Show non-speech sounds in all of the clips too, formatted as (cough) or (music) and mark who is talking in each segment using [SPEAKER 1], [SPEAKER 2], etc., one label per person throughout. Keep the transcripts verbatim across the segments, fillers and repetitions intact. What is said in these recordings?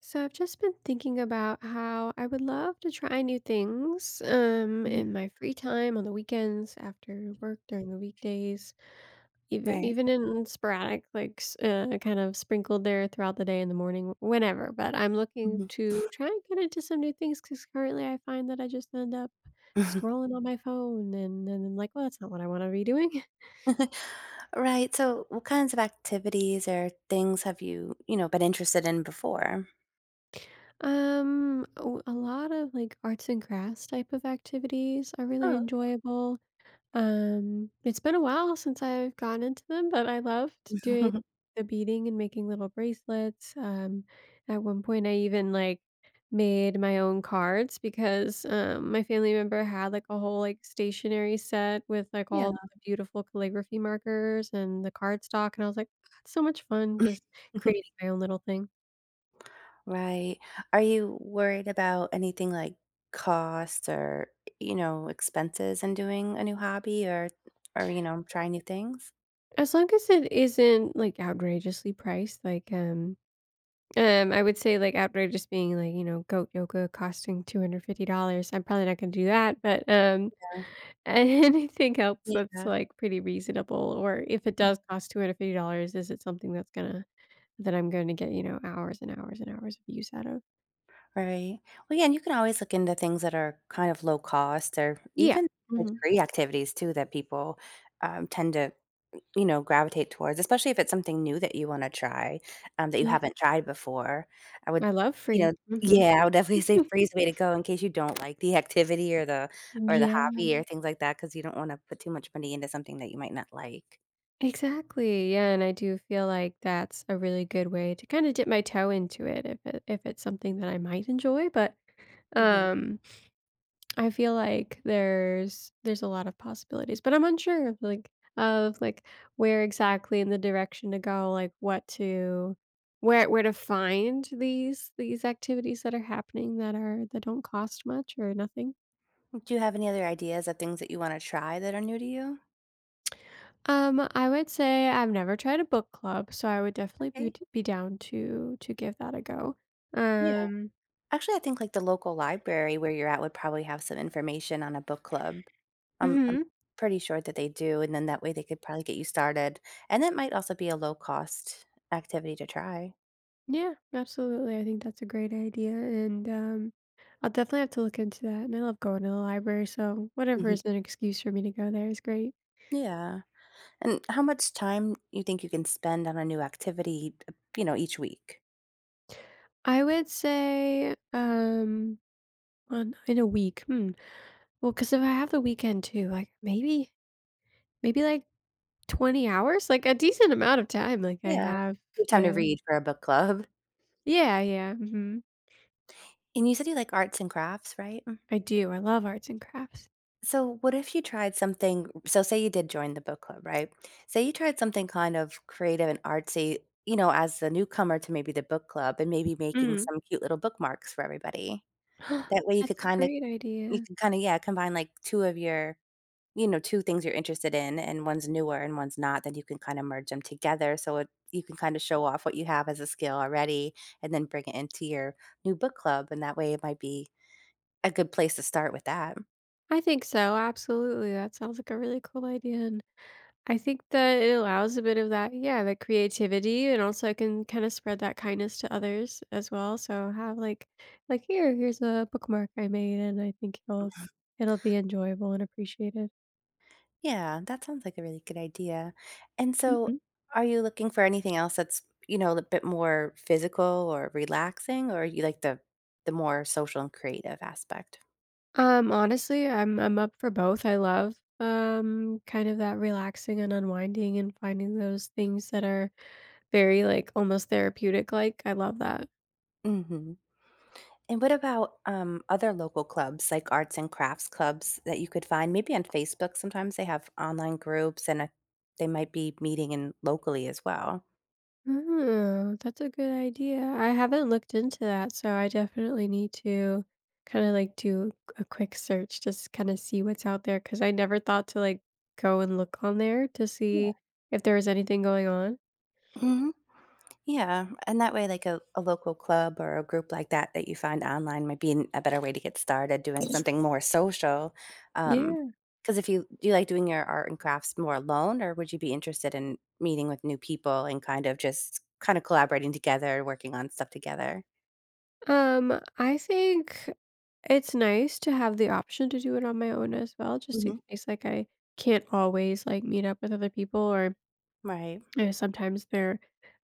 [SPEAKER 1] So I've just been thinking about how I would love to try new things um
[SPEAKER 2] Mhm.
[SPEAKER 1] in my free time on the weekends, after work, during the weekdays, even
[SPEAKER 2] Right.
[SPEAKER 1] even in sporadic like s- uh, kind of sprinkled there throughout the day, in the morning, whenever. But I'm looking
[SPEAKER 2] Mhm.
[SPEAKER 1] to try and get into some new things, cuz currently I find that I just end up
[SPEAKER 2] (laughs)
[SPEAKER 1] scrolling on my phone and then I'm like, well, that's not what I want to be doing. (laughs)
[SPEAKER 2] Right, so what kinds of activities or things have you, you know, been interested in before?
[SPEAKER 1] um a a lot of like arts and crafts type of activities are really
[SPEAKER 2] Oh,
[SPEAKER 1] enjoyable. Um, it's been a while since I've gone into them, but I loved doing
[SPEAKER 2] (laughs)
[SPEAKER 1] the beading and making little bracelets. Um, at one point, I even like made my own cards because um, my family member had like a whole like stationery set with like
[SPEAKER 2] yeah.
[SPEAKER 1] all the beautiful calligraphy markers and the cardstock, and I was like, "That's so much fun just
[SPEAKER 2] (laughs)
[SPEAKER 1] creating my own little thing."
[SPEAKER 2] Right. Are you worried about anything like cost or, you know, expenses in doing a new hobby or or, you know, trying new things?
[SPEAKER 1] As long as it isn't like outrageously priced, like um, um, I would say like outrageous being like, you know, goat yoga costing two hundred fifty dollars. I'm probably not gonna do that, but um (laughs) anything else that's
[SPEAKER 2] Yeah.
[SPEAKER 1] like pretty reasonable, or if it does cost two hundred fifty dollars is it something that's gonna that I'm gonna get, you know, hours and hours and hours of use out of?
[SPEAKER 2] Right. Well, yeah, and you can always look into things that are kind of low cost or
[SPEAKER 1] Yeah.
[SPEAKER 2] even like
[SPEAKER 1] Mhm.
[SPEAKER 2] free activities too that people um, tend to, you know, gravitate towards, especially if it's something new that you want to try um, that you
[SPEAKER 1] Yeah.
[SPEAKER 2] haven't tried before. I would,
[SPEAKER 1] I love
[SPEAKER 2] you know,
[SPEAKER 1] free. Mhm.
[SPEAKER 2] yeah, I would definitely say free's the
[SPEAKER 1] (laughs)
[SPEAKER 2] way to go in case you don't like the (laughs) activity or the or the
[SPEAKER 1] Yeah,
[SPEAKER 2] hobby or things like that because you don't want to put too much money into something that you might not like.
[SPEAKER 1] exactly. Yeah, and I do feel like that's a really good way to kind of dip my toe into it if it, if it's something that I might enjoy, but
[SPEAKER 2] hmm
[SPEAKER 1] um I feel like there's there's a lot of possibilities, but I'm unsure of like of like where exactly in the direction to go, like what to where where to find these these activities that are happening, that are that don't cost much or nothing.
[SPEAKER 2] Do you have any other ideas of things that you want to try that are new to you?
[SPEAKER 1] Um, I would say I've never tried a book club, so I would definitely
[SPEAKER 2] Okay.
[SPEAKER 1] be be down to to give that a go.
[SPEAKER 2] Yeah.
[SPEAKER 1] Um,
[SPEAKER 2] Actually, I think, like, the local library where you're at would probably have some information on a book club. I'm I'm
[SPEAKER 1] mhm.
[SPEAKER 2] pretty sure that they do, and then that way they could probably get you started, and that might also be a low-cost activity to try.
[SPEAKER 1] Yeah, absolutely. I think that's a great idea. And um, I'll definitely have to look into that. And I love going to the library. So, whatever
[SPEAKER 2] Mhm.
[SPEAKER 1] is an excuse for me to go there is great.
[SPEAKER 2] Yeah, and how much time you think you can spend on a new activity, uh, you know, each week?
[SPEAKER 1] I would say um, on, in a week. Hmm. Well, because if I have the weekend too, like maybe, maybe like twenty hours, like a decent amount of time. Like I
[SPEAKER 2] Yeah.
[SPEAKER 1] have,
[SPEAKER 2] You have time to
[SPEAKER 1] yeah.
[SPEAKER 2] read for a book club.
[SPEAKER 1] Yeah, yeah. Hmm.
[SPEAKER 2] And you said you like arts and crafts, right?
[SPEAKER 1] I do. I love arts and crafts.
[SPEAKER 2] So, what if you tried something? So, say you did join the book club, right? Say you tried something kind of creative and artsy, you know, as a newcomer to maybe the book club and maybe making
[SPEAKER 1] Mm.
[SPEAKER 2] some cute little bookmarks for everybody.
[SPEAKER 1] (gasps)
[SPEAKER 2] That way you could
[SPEAKER 1] That's a
[SPEAKER 2] kind of,
[SPEAKER 1] great
[SPEAKER 2] you
[SPEAKER 1] idea.
[SPEAKER 2] could kind of, yeah, combine like two of your, you know, two things you're interested in and one's newer and one's not. Then you can kind of merge them together. So, it, you can kind of show off what you have as a skill already and then bring it into your new book club. And that way it might be a good place to start with that.
[SPEAKER 1] I think so. Absolutely. That sounds like a really cool idea. And I think that it allows a bit of that, yeah, that creativity, and also I can kind of spread that kindness to others as well. So have like, like here, here's a bookmark I made, and I think it'll it'll be enjoyable and appreciated.
[SPEAKER 2] Yeah, that sounds like a really good idea. And so,
[SPEAKER 1] Hmm.
[SPEAKER 2] are you looking for anything else that's, you know, a bit more physical or relaxing, or you like the the more social and creative aspect?
[SPEAKER 1] Um, honestly, I'm I'm up for both. I love um kind of that relaxing and unwinding and finding those things that are very like almost therapeutic. Like I love that.
[SPEAKER 2] hmm And what about um, other local clubs, like arts and crafts clubs that you could find? Maybe on Facebook. Sometimes they have online groups, and uh they might be meeting in locally as well.
[SPEAKER 1] Oh, that's a good idea. I haven't looked into that, so I definitely need to kind of like do a quick search, just kind of see what's out there, because I never thought to like go and look on there to
[SPEAKER 2] Yeah.
[SPEAKER 1] see if there was anything going on.
[SPEAKER 2] Mhm. Yeah, and that way, like a, a local club or a group like that that you find online might be an- a better way to get started doing something more social. Um,
[SPEAKER 1] Yeah.
[SPEAKER 2] because if you do you like doing your art and crafts more alone, or would you be interested in meeting with new people and kind of just kind of collaborating together, working on stuff together?
[SPEAKER 1] Um, I think it's nice to have the option to do it on my own as well, just in
[SPEAKER 2] hmm
[SPEAKER 1] case like I can't always like meet up with other people or
[SPEAKER 2] Right.
[SPEAKER 1] you know, sometimes they're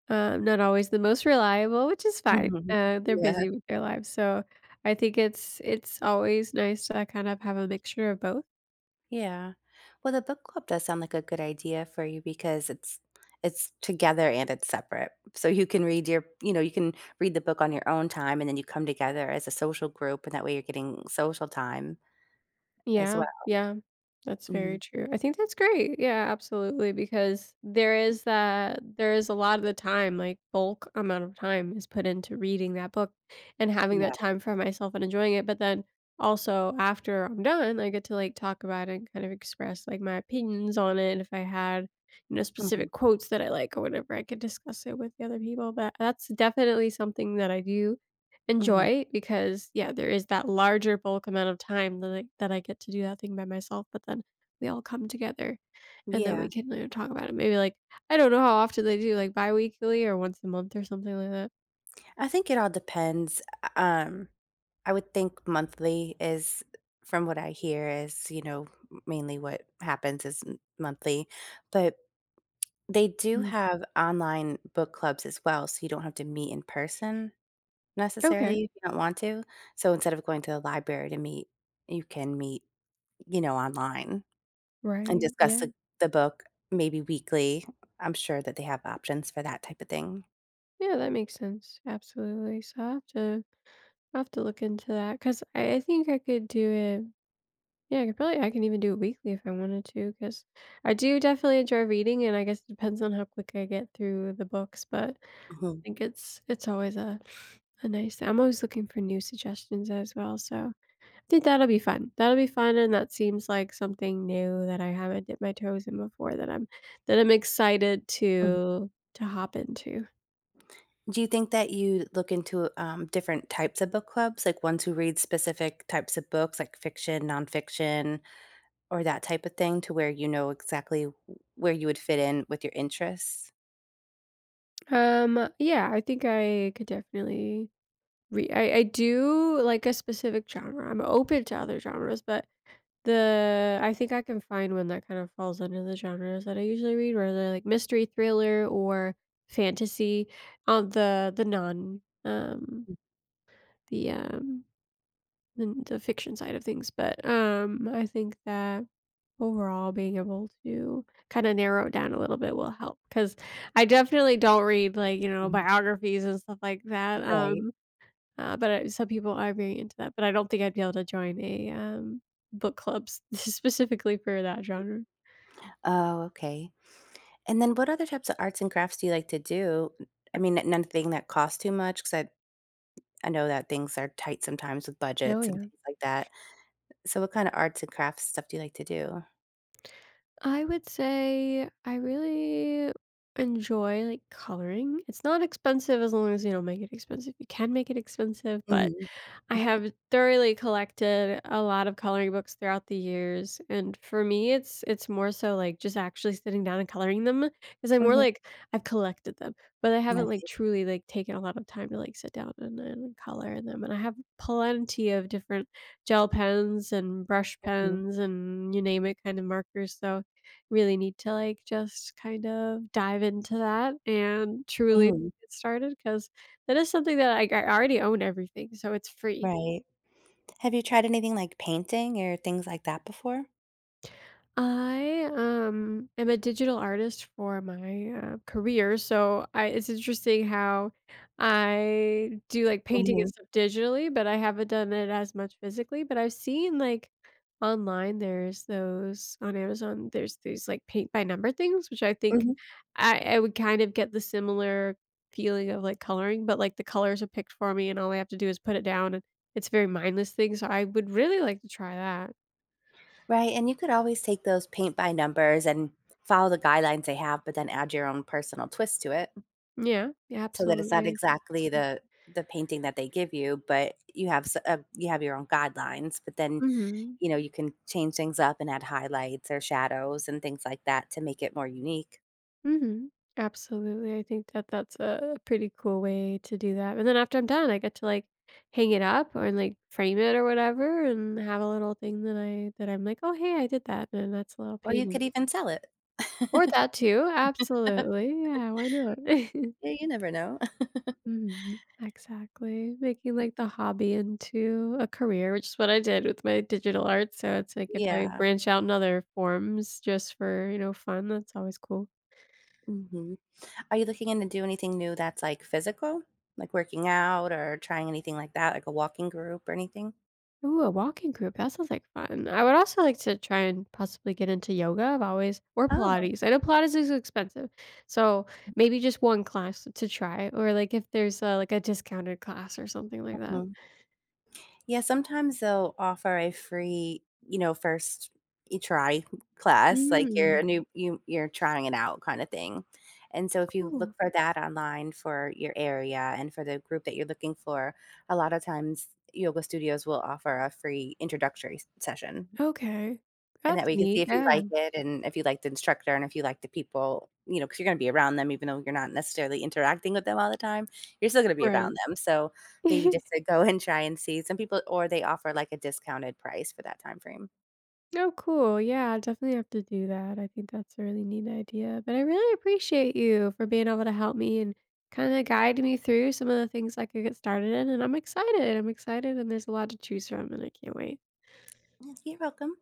[SPEAKER 1] Um, not always the most reliable, which is fine.
[SPEAKER 2] hmm
[SPEAKER 1] Uh, they're
[SPEAKER 2] Yeah.
[SPEAKER 1] busy with their lives, so I think it's it's always nice to kind of have a mixture of both.
[SPEAKER 2] Yeah. Well, the book club does sound like a good idea for you because it's it's together and it's separate. So you can read your, you know, you can read the book on your own time and then you come together as a social group and that way you're getting social time as
[SPEAKER 1] Yeah,
[SPEAKER 2] well.
[SPEAKER 1] yeah. That's
[SPEAKER 2] Mhm.
[SPEAKER 1] very true. I think that's great. Yeah, absolutely. Because there is that, there is a lot of the time, like bulk amount of time is put into reading that book and having
[SPEAKER 2] Yeah.
[SPEAKER 1] that time for myself and enjoying it. But then also after I'm done, I get to like talk about it and kind of express like my opinions on it. And if I had, you know,
[SPEAKER 2] Mhm.
[SPEAKER 1] specific quotes that I like or whatever, I could discuss it with the other people. But that's definitely something that I do
[SPEAKER 2] Mhm.
[SPEAKER 1] enjoy, because, yeah, there is that larger bulk amount of time that I that I get to do that thing by myself, but then we all come together and then we
[SPEAKER 2] Yeah.
[SPEAKER 1] can, you know, talk about it. Maybe, like, I don't know how often they do, like, biweekly or once a month or something like that.
[SPEAKER 2] I think it all depends. Um, I would think monthly is from what I hear is, you know, mainly what happens is m- monthly. But they do
[SPEAKER 1] Mm.
[SPEAKER 2] have online book clubs as well, so you don't have to meet in person
[SPEAKER 1] Okay.
[SPEAKER 2] necessarily if you don't want to. So instead of going to the library to meet, you can meet, you know, online and
[SPEAKER 1] Right.
[SPEAKER 2] discuss
[SPEAKER 1] Yeah.
[SPEAKER 2] the the book maybe weekly. I'm sure that they have options for that type of thing.
[SPEAKER 1] Yeah, that makes sense. Absolutely. So i have to i have to look into that 'cause I I think I could do it, yeah, I could probably, I can even do it weekly if I wanted to because I do definitely enjoy reading, and I guess it depends on how quick I get through the books, but
[SPEAKER 2] Mhm.
[SPEAKER 1] think it's it's always a a nice thing. I'm always looking for new suggestions as well, so I think that'll be fun. That'll be fun, and that seems like something new that I haven't dipped my toes in before that I'm that I'm excited to to hop into.
[SPEAKER 2] Do you think that you look into um, different types of book clubs, like ones who read specific types of books, like fiction, nonfiction, or that type of thing, to where you know exactly where you would fit in with your interests?
[SPEAKER 1] Um, yeah, I think I could definitely re- I, I do like a specific genre. I'm open to other genres, but The I think I can find one that kind of falls under the genres that I usually read, where like mystery, thriller, or fantasy on the the non um the um the, the fiction side of things. But um I think that overall being able to kind of narrow it down a little bit will help because I definitely don't read like, you know,
[SPEAKER 2] Mhm.
[SPEAKER 1] biographies and stuff like that.
[SPEAKER 2] Right.
[SPEAKER 1] Um uh, but I, some people are very into that, but I don't think I'd be able to join a, um, book club s (laughs) specifically for that genre.
[SPEAKER 2] Oh, okay. And then what other types of arts and crafts do you like to do? I mean, n- nothing that costs too much, because I, I know that things are tight sometimes with
[SPEAKER 1] Oh,
[SPEAKER 2] budgets and
[SPEAKER 1] yeah.
[SPEAKER 2] things like that. So, what kind of arts and crafts stuff do you like to do?
[SPEAKER 1] I would say I really enjoy, like, coloring. It's not expensive as long as you don't make it expensive. You can make it expensive, but
[SPEAKER 2] Mm-hmm.
[SPEAKER 1] I have thoroughly collected a lot of coloring books throughout the years, and for me, it's it's more so, like, just actually sitting down and coloring them because 'cause I'm more
[SPEAKER 2] hmm
[SPEAKER 1] like, I've collected them, but I haven't,
[SPEAKER 2] Right.
[SPEAKER 1] like, truly, like, taken a lot of time to, like, sit down and and color them, and I have plenty of different gel pens and brush
[SPEAKER 2] Mhm.
[SPEAKER 1] pens and you name it kind of markers, so really need to, like, just kind of dive into that and truly
[SPEAKER 2] Mhm.
[SPEAKER 1] get started because. That is something that I I already own everything, so it's free.
[SPEAKER 2] Right. Have you tried anything like painting or things like that before?
[SPEAKER 1] I um am a digital artist for my uh, career, so I it's interesting how I do like painting and
[SPEAKER 2] Mhm,
[SPEAKER 1] stuff digitally, but I haven't done it as much physically. But I've seen like online, there's those on Amazon, there's these like paint by number things, which I think
[SPEAKER 2] mhm.
[SPEAKER 1] I, I would kind of get the similar feeling of like coloring, but like the colors are picked for me, and all I have to do is put it down, and it's a very mindless thing. So I would really like to try that.
[SPEAKER 2] Right, and you could always take those paint by numbers and follow the guidelines they have, but then add your own personal twist to it
[SPEAKER 1] Yeah, yeah,
[SPEAKER 2] so that it's
[SPEAKER 1] absolutely.
[SPEAKER 2] not
[SPEAKER 1] I think that's
[SPEAKER 2] exactly
[SPEAKER 1] fun.
[SPEAKER 2] the the painting that they give you, but you have s uh, you have your own guidelines, but then,
[SPEAKER 1] Mhm,
[SPEAKER 2] you know, you can change things up and add highlights or shadows and things like that to make it more unique,
[SPEAKER 1] mhm. Absolutely. I think that that's a a pretty cool way to do that, and then after I'm done, I get to, like, hang it up or, like, frame it or whatever and have a little thing that I that I'm like, "Oh, hey, I did that," and that's a little
[SPEAKER 2] or you could
[SPEAKER 1] painting.
[SPEAKER 2] even sell it.
[SPEAKER 1] Or
[SPEAKER 2] (laughs)
[SPEAKER 1] that too, absolutely, yeah, why not? (laughs)
[SPEAKER 2] Yeah, you never know. (laughs)
[SPEAKER 1] Mhm. Exactly. Making, like, the hobby into a career, which is what I did with my digital art, so it's like if I
[SPEAKER 2] Yeah,
[SPEAKER 1] branch out in other forms just for, you know, fun, that's always cool.
[SPEAKER 2] mhm. Are you looking in to do anything new that's, like, physical? Like, working out or trying anything like that, like a walking group or anything?
[SPEAKER 1] Ooh, a walking group, that sounds like fun. I would also like to try and possibly get into yoga, I've always, or
[SPEAKER 2] Oh,
[SPEAKER 1] Pilates. I know Pilates is expensive, so maybe just one class to try or, like, if there's a like, a discounted class or something like that.
[SPEAKER 2] mhm. Yeah, sometimes they'll offer a free, you know, first you try class, like you're
[SPEAKER 1] Mm,
[SPEAKER 2] a new you you're trying it out kinda thing. And so if you look
[SPEAKER 1] cool.
[SPEAKER 2] for that online for your area and for the group that you're looking for, a lot of times yoga studios will offer a free introductory s session.
[SPEAKER 1] Okay.
[SPEAKER 2] And
[SPEAKER 1] That's
[SPEAKER 2] that way you can see
[SPEAKER 1] neat,
[SPEAKER 2] if you
[SPEAKER 1] yeah.
[SPEAKER 2] like it and if you like the instructor and if you like the people, you know, because you 'cause you're gonna be around them even though you're not necessarily interacting with them all the time, you're still gonna be
[SPEAKER 1] Right.
[SPEAKER 2] around them. So, maybe
[SPEAKER 1] (laughs)
[SPEAKER 2] just to go and try and see some people or they offer, like, a discounted price for that time frame.
[SPEAKER 1] Oh, cool. Yeah, I'll definitely have to do that. I think that's a really neat idea. But I really appreciate you for being able to help me and kind of guide me through some of the things I could get started in. And I'm excited. I'm excited, and there's a lot to choose from, and I can't wait.
[SPEAKER 2] Yes, you're welcome.